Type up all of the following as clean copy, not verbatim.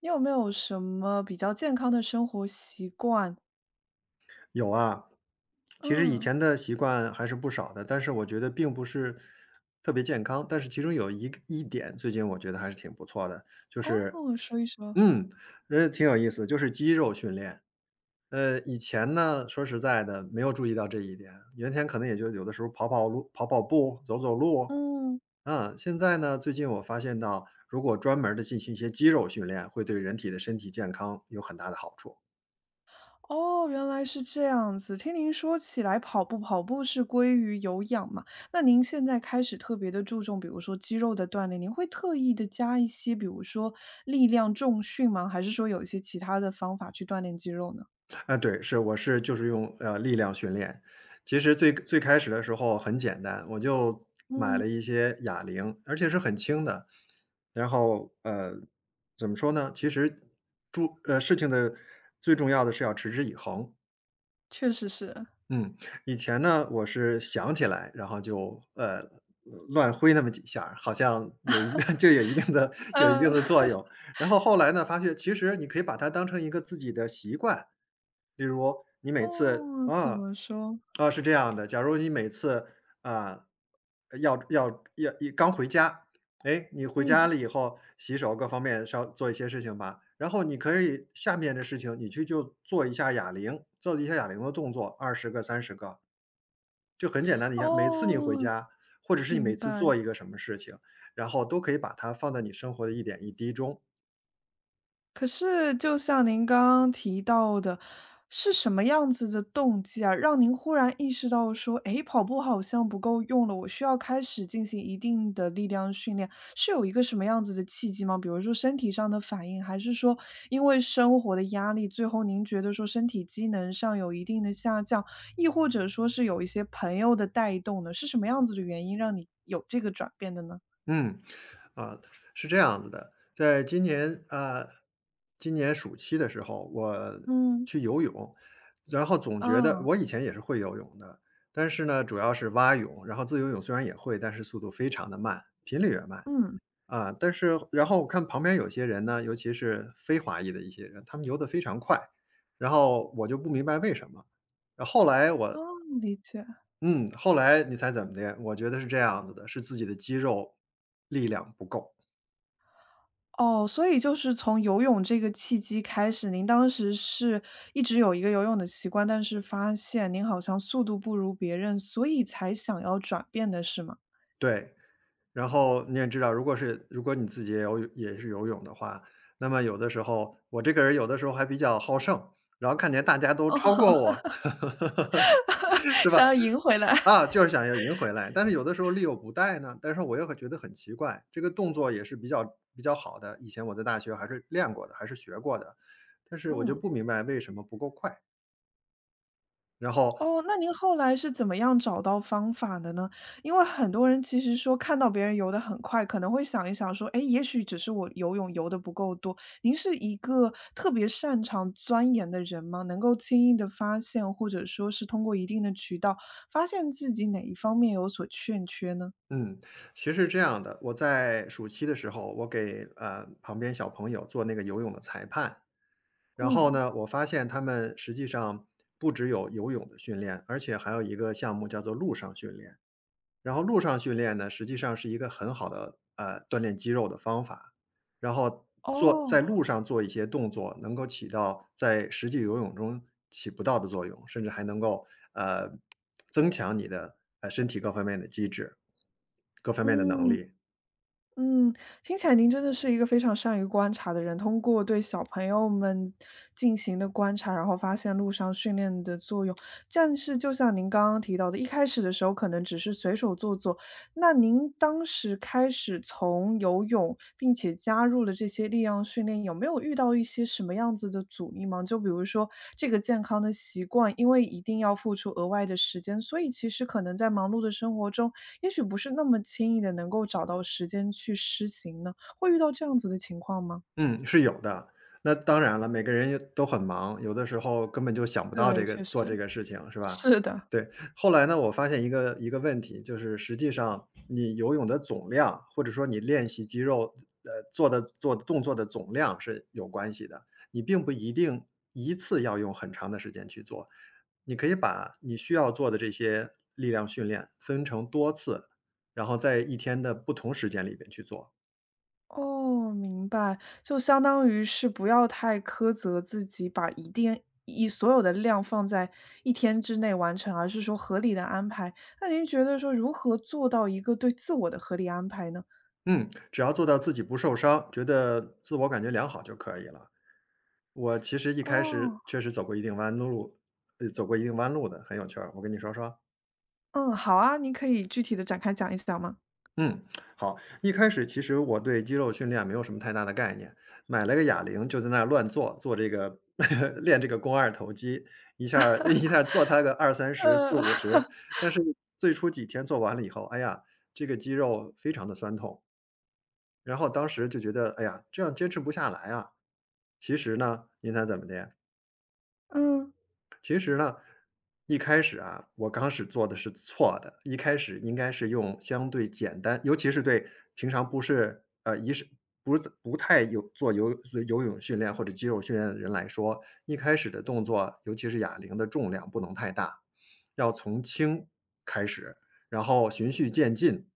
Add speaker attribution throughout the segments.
Speaker 1: 你有没有什么比较健康的生活习惯？
Speaker 2: 有啊，其实以
Speaker 1: 嗯，
Speaker 2: 前的习惯还是不少的，但是我觉得并不是特别健康。但是其中有一点，最近我觉得还是挺不错的，就是
Speaker 1: 哦，说一说。
Speaker 2: 嗯，挺有意思，就是肌肉训练。以前呢，说实在的，没有注意到这一点，原先可能也就有的时候跑跑路、跑跑步、走走路，
Speaker 1: 嗯，
Speaker 2: 现在呢，最近我发现到，如果专门的进行一些肌肉训练，会对人体的身体健康有很大的好处。
Speaker 1: 哦，原来是这样子。听您说起来跑步，跑步是归于有氧嘛，那您现在开始特别的注重，比如说肌肉的锻炼，您会特意的加一些，比如说力量重训吗？还是说有一些其他的方法去锻炼肌肉呢？
Speaker 2: 啊，对，是，就是用，力量训练。其实最最开始的时候很简单，我就买
Speaker 1: 嗯，
Speaker 2: 了一些哑铃，而且是很轻的。然后，怎么说呢？其实事情的最重要的是要持之以恒。
Speaker 1: 确实是。
Speaker 2: 嗯，以前呢，我是想起来，然后就，乱挥那么几下儿好像有一定 就有一定的有一定
Speaker 1: 嗯，
Speaker 2: 的作 用。然后后来呢，发现其实你可以把它当成一个自己的习惯。例如你每次
Speaker 1: 哦，怎
Speaker 2: 啊，
Speaker 1: 么说？
Speaker 2: 啊，是这样的，假如你每次，啊，要要要刚回家哎，你回家
Speaker 1: 嗯，
Speaker 2: 了以后洗手各方面稍做一些事情吧，然后你可以下面的事情你去就做一下哑铃的动作20个、30个，就很简单的一下每次你回
Speaker 1: 哦，
Speaker 2: 家，或者是你
Speaker 1: 明
Speaker 2: 每次做
Speaker 1: 白。
Speaker 2: 一个什么事情，然后都可以把它放在你生活的一点一滴中。
Speaker 1: 可是就像您刚刚提到的，是什么样子的动机啊，让您忽然意识到说，诶，跑步好像不够用了，我需要开始进行一定的力量训练，是有一个什么样子的契机吗？比如说身体上的反应，还是说因为生活的压力，最后您觉得说身体机能上有一定的下降，亦或者说是有一些朋友的带动呢？是什么样子的原因让你有这个转变的呢？
Speaker 2: 嗯，啊，是这样子的，在今年啊，今年暑期的时候，我
Speaker 1: 嗯。
Speaker 2: 去游泳，然后总觉得
Speaker 1: 啊，
Speaker 2: 我以前也是会游泳的，但是呢，主要是蛙泳，然后自由泳虽然也会，但是速度非常的慢，频率也慢
Speaker 1: 嗯，
Speaker 2: 啊。然后我看旁边有些人呢，尤其是非华裔的一些人，他们游得非常快，然后我就不明白为什么。然后后来我，
Speaker 1: 哦，理解。
Speaker 2: 嗯，后来你猜怎么的？我觉得是这样子的，是自己的肌肉力量不够。
Speaker 1: 哦，所以就是从游泳这个契机开始，您当时是一直有一个游泳的习惯，但是发现您好像速度不如别人，所以才想要转变的是吗？
Speaker 2: 对，然后你也知道，如果你自己也是游泳的话，那么有的时候我这个人有的时候还比较好胜，然后看见大家都超
Speaker 1: 哦，
Speaker 2: 过我，是吧？
Speaker 1: 想要赢回来，
Speaker 2: 啊，就是想要赢回来，但是有的时候力有不逮呢，但是我又会觉得很奇怪，这个动作也是比较好的，以前我在大学还是练过的，还是学过的，但 是我就
Speaker 1: 嗯。
Speaker 2: 不明白为什么不够快，然后
Speaker 1: 哦，那您后来是怎么样找到方法的呢？因为很多人其实说看到别人游得很快，可能会想一想说，哎，也许只是我游泳游得不够多。您是一个特别擅长钻研的人吗？能够轻易地发现，或者说是通过一定的渠道发现自己哪一方面有所欠缺呢？
Speaker 2: 嗯，其实是这样的，我在暑期的时候，我给旁边小朋友做那个游泳的裁判，然后
Speaker 1: 嗯。
Speaker 2: 呢，我发现他们实际上不只有游泳的训练，而且还有一个项目叫做陆上训练。然后路上训练呢，实际上是一个很好的，锻炼肌肉的方法。然后在路
Speaker 1: 哦，
Speaker 2: 上做一些动作，能够起到在实际游泳中起不到的作用，甚至还能够，呃，增强你的，身体各方面的机制，各方面的能
Speaker 1: 嗯，
Speaker 2: 力。
Speaker 1: 嗯，听起来您真的是一个非常善于观察的人。通过对小朋友们进行的观察，然后发现路上训练的作用。但是就像您刚刚提到的，一开始的时候可能只是随手做做。那您当时开始从游泳，并且加入了这些力量训练，有没有遇到一些什么样子的阻力吗？就比如说这个健康的习惯，因为一定要付出额外的时间，所以其实可能在忙碌的生活中。也许不是那么轻易的能够找到时间去施行呢？会遇到这样子的情况吗？
Speaker 2: 嗯，是有的。那当然了，每个人也都很忙，有的时候根本就想不到
Speaker 1: 对，
Speaker 2: 这个
Speaker 1: 确
Speaker 2: 做
Speaker 1: 实，
Speaker 2: 这个事情，是吧？
Speaker 1: 是的。
Speaker 2: 对，后来呢，我发现一个问题，就是实际上你游泳的总量，或者说你练习肌肉，做的动作的总量是有关系的。你并不一定一次要用很长的时间去做，你可以把你需要做的这些力量训练分成多次，然后在一天的不同时间里边去做。
Speaker 1: 哦，明白，就相当于是不要太苛责自己，把一定一所有的量放在一天之内完成，而是说合理的安排。那您觉得说如何做到一个对自我的合理安排呢？
Speaker 2: 嗯，只要做到自己不受伤，觉得自我感觉良好就可以了。我其实一开
Speaker 1: 哦，
Speaker 2: 始确实走过一定弯路，走过一定弯路的，很有趣儿，我跟你说说。
Speaker 1: 嗯，好啊，您可以具体的展开讲一讲吗？
Speaker 2: 嗯，好，一开始其实我对肌肉训练没有什么太大的概念，买了个哑铃就在那儿乱做，做这个 练这个肱二头肌，一下儿 一下儿做它个二三十、四
Speaker 1: 呃，
Speaker 2: 五十，但是最初几天做完了以后，哎呀，这个肌肉非常的酸痛，然后当时就觉得，哎呀，这样坚持不下来啊，其实呢，您猜怎么的呀？
Speaker 1: 嗯。
Speaker 2: 其实呢，一开始啊，我刚开始做的是错的，一开始应该是用相对简单，尤其是对平常不是呃，一是不是，不太有做游泳训练或者肌肉训练的人来说，一开始的动作，尤其是哑铃的重量不能太大，要从轻开始，然后循序渐进，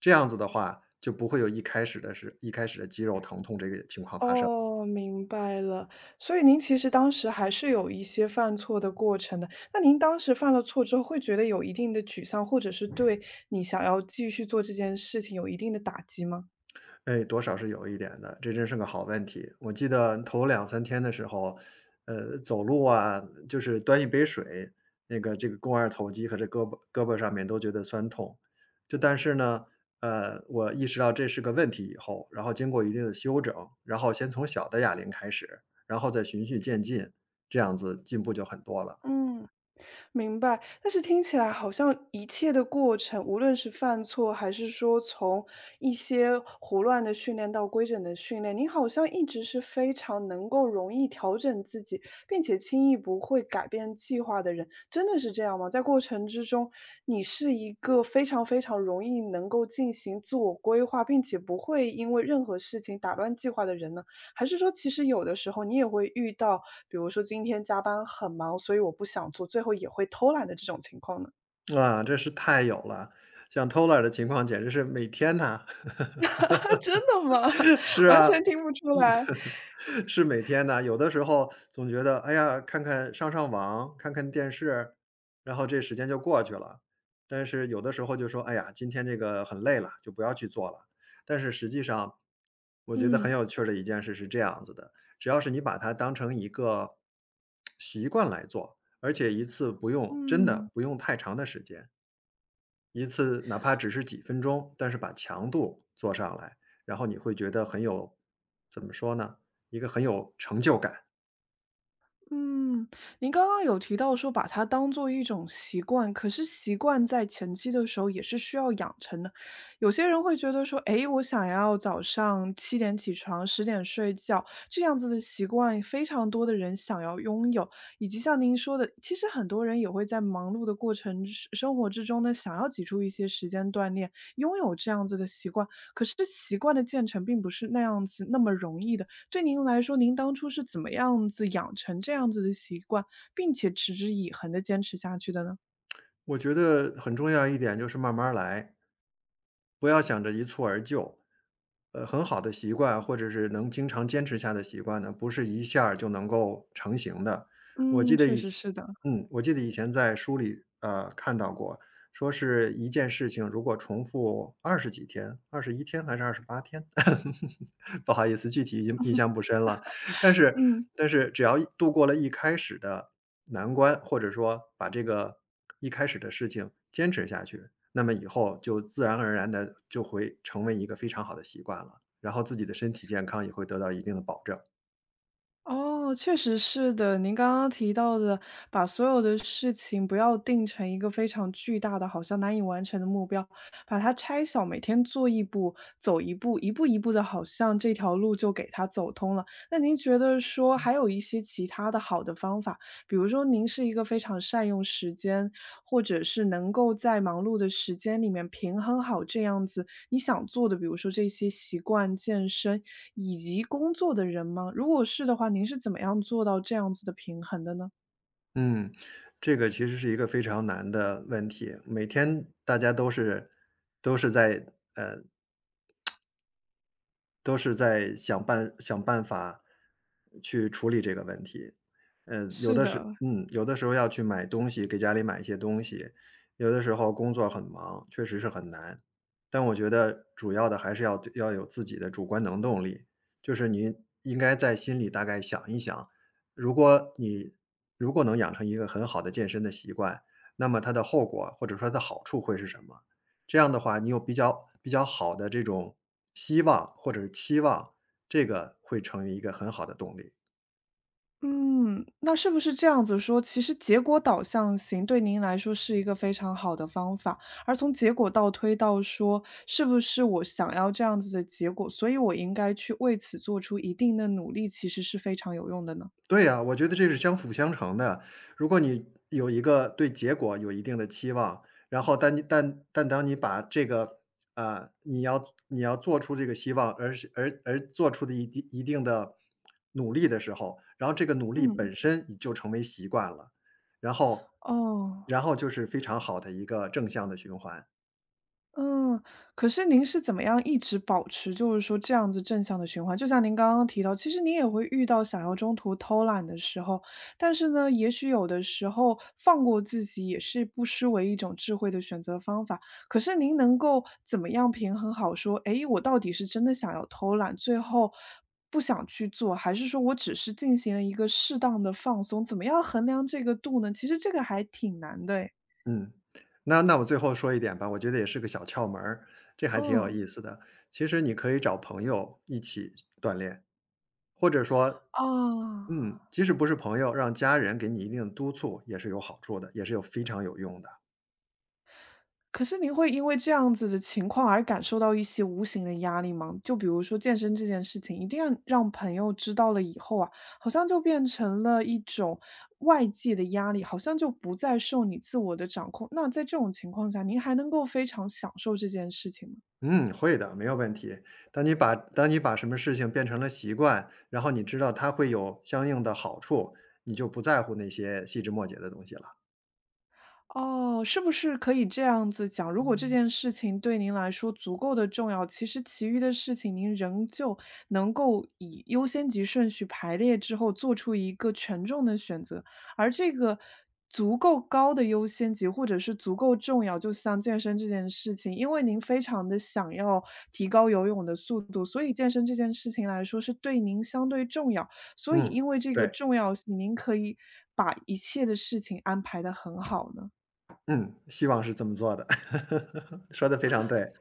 Speaker 2: 这样子的话，就不会有一开始的肌肉疼痛这个情况发生。
Speaker 1: 哦，明白了。所以您其实当时还是有一些犯错的过程的。那您当时犯了错之后，会觉得有一定的沮丧，或者是对你想要继续做这件事情有一定的打击吗？
Speaker 2: 哎，多少是有一点的，这真是个好问题。我记得头两三天的时候，走路啊，就是端一杯水，那个这个肱二头肌和这胳膊上面都觉得酸痛。但是呢，我意识到这是个问题以后，然后经过一定的修整，然后先从小的哑铃开始，然后再循序渐进，这样子进步就很多了。
Speaker 1: 嗯，明白。但是听起来好像一切的过程，无论是犯错，还是说从一些胡乱的训练到规整的训练，你好像一直是非常能够容易调整自己，并且轻易不会改变计划的人，真的是这样吗？在过程之中，你是一个非常非常容易能够进行自我规划，并且不会因为任何事情打乱计划的人呢？还是说其实有的时候你也会遇到，比如说今天加班很忙，所以我不想做，最后也会偷懒的这种情况呢？
Speaker 2: 啊，这是太有了，像 Toller 的情况简直是每天呐，
Speaker 1: 真的吗？
Speaker 2: 是
Speaker 1: 完
Speaker 2: 啊。
Speaker 1: 全听不出来。
Speaker 2: 是每天的，有的时候总觉得，哎呀，看看上上网，看看电视，然后这时间就过去了。但是有的时候就说，哎呀，今天这个很累了，就不要去做了。但是实际上，我觉得
Speaker 1: 嗯
Speaker 2: 很有趣儿的一件事是这样子的，只要是你把它当成一个习惯来做，而且一次不用真的
Speaker 1: 嗯。
Speaker 2: 不用太长的时间。一次哪怕只是几分钟，但是把强度做上来，然后你会觉得很有，怎么说呢，一个很有成就感。
Speaker 1: 嗯，您刚刚有提到说把它当做一种习惯，可是习惯在前期的时候也是需要养成的。有些人会觉得说，诶，我想要早上7点起床，10点睡觉，这样子的习惯，非常多的人想要拥有。以及像您说的，其实很多人也会在忙碌的过程之生活之中呢，想要挤出一些时间锻炼，拥有这样子的习惯。可是习惯的建成并不是那样子那么容易的。对您来说，您当初是怎么样子养成这样子的习惯，并且持之以恒地坚持下去的呢？
Speaker 2: 我觉得很重要一点就是慢慢儿来，不要想着一蹴而就。很好的习惯或者是能经常坚持下的习惯呢，不是一下儿就能够成型的。我
Speaker 1: 嗯，
Speaker 2: 记得
Speaker 1: 确
Speaker 2: 以
Speaker 1: 实
Speaker 2: 前
Speaker 1: 是的，
Speaker 2: 我记得以前在书里，看到过，说是一件事情如果重复二十几天21天还是28天？不好意思，具体已经印象不深了。但是
Speaker 1: 嗯。
Speaker 2: 只要一度过了一开始的难关，或者说把这个一开始的事情坚持下去，那么以后就自然而然的就会成为一个非常好的习惯了，然后自己的身体健康也会得到一定的保证。
Speaker 1: 哦，确实是的。您刚刚提到的，把所有的事情不要定成一个非常巨大的、好像难以完成的目标，把它拆小，每天做一步，走一步，一步一步的，好像这条路就给它走通了。那您觉得说还有一些其他的好的方法，比如说您是一个非常善用时间，或者是能够在忙碌的时间里面平衡好这样子。你想做的，比如说这些习惯、健身以及工作的人吗？如果是的话，您是怎么样做到这样子的平衡的呢？
Speaker 2: 嗯，这个其实是一个非常难的问题，每天大家都是都是在都是在想办法去处理这个问题。
Speaker 1: 是的，
Speaker 2: 有的时候要去买东西，给家里买一些东西，有的时候工作很忙，确实是很难。但我觉得主要的还是要有自己的主观能动力，就是你应该在心里大概想一想，如果你如果能养成一个很好的健身的习惯，那么它的后果或者说它的好处会是什么？这样的话，你有比较好的这种希望或者是期望，这个会成为一个很好的动力。
Speaker 1: 嗯，那是不是这样子说，其实结果导向型对您来说是一个非常好的方法，而从结果倒推到说，是不是我想要这样子的结果，所以我应该去为此做出一定的努力，其实是非常有用的呢？
Speaker 2: 对呀，我觉得这是相辅相成的。如果你有一个对结果有一定的期望，然后但你但但当你把这个，啊，你要做出这个希望，而是而而做出的一定的努力的时候，然后这个努力
Speaker 1: 嗯，
Speaker 2: 本身你就成为习惯了，然后
Speaker 1: 哦。
Speaker 2: 然后就是非常好的一个正向的循环。
Speaker 1: 嗯，可是您是怎么样一直保持就是说这样子正向的循环？就像您刚刚提到，其实您也会遇到想要中途偷懒的时候，但是呢，也许有的时候放过自己也是不失为一种智慧的选择方法。可是您能够怎么样平衡好说，诶，我到底是真的想要偷懒，最后不想去做，还是说我只是进行了一个适当的放松？怎么样衡量这个度呢？其实这个还挺难的诶，
Speaker 2: 嗯，那我最后说一点吧，我觉得也是个小窍门儿，这还挺有
Speaker 1: 嗯，
Speaker 2: 意思的。其实你可以找朋友一起锻炼，或者说，
Speaker 1: 啊。
Speaker 2: 即使不是朋友，让家人给你一定的督促也是有好处的，也是有非常有用的。
Speaker 1: 可是您会因为这样子的情况而感受到一些无形的压力吗？就比如说健身这件事情，一定要让朋友知道了以后啊，好像就变成了一种外界的压力，好像就不再受你自我的掌控。那在这种情况下，您还能够非常享受这件事情吗？
Speaker 2: 嗯，会的，没有问题。当你把什么事情变成了习惯，然后你知道它会有相应的好处，你就不在乎那些细枝末节的东西了。
Speaker 1: 哦，是不是可以这样子讲，如果这件事情对您来说足够的重要，其实其余的事情您仍旧能够以优先级顺序排列之后做出一个权重的选择。而这个足够高的优先级或者是足够重要，就像健身这件事情，因为您非常的想要提高游泳的速度，所以健身这件事情来说是对您相对重要。所以
Speaker 2: 嗯，
Speaker 1: 因为这个
Speaker 2: 对，
Speaker 1: 重要性，您可以把一切的事情安排得很好呢？
Speaker 2: 嗯，希望是这么做的，说的非常对。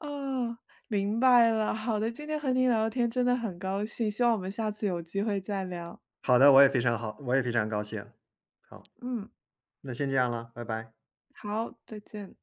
Speaker 1: 哦，明白了。好的，今天和您聊天真的很高兴，希望我们下次有机会再聊。
Speaker 2: 好的，我也非常好，我也非常高兴。好，
Speaker 1: 嗯，
Speaker 2: 那先这样了，拜拜。
Speaker 1: 好，再见。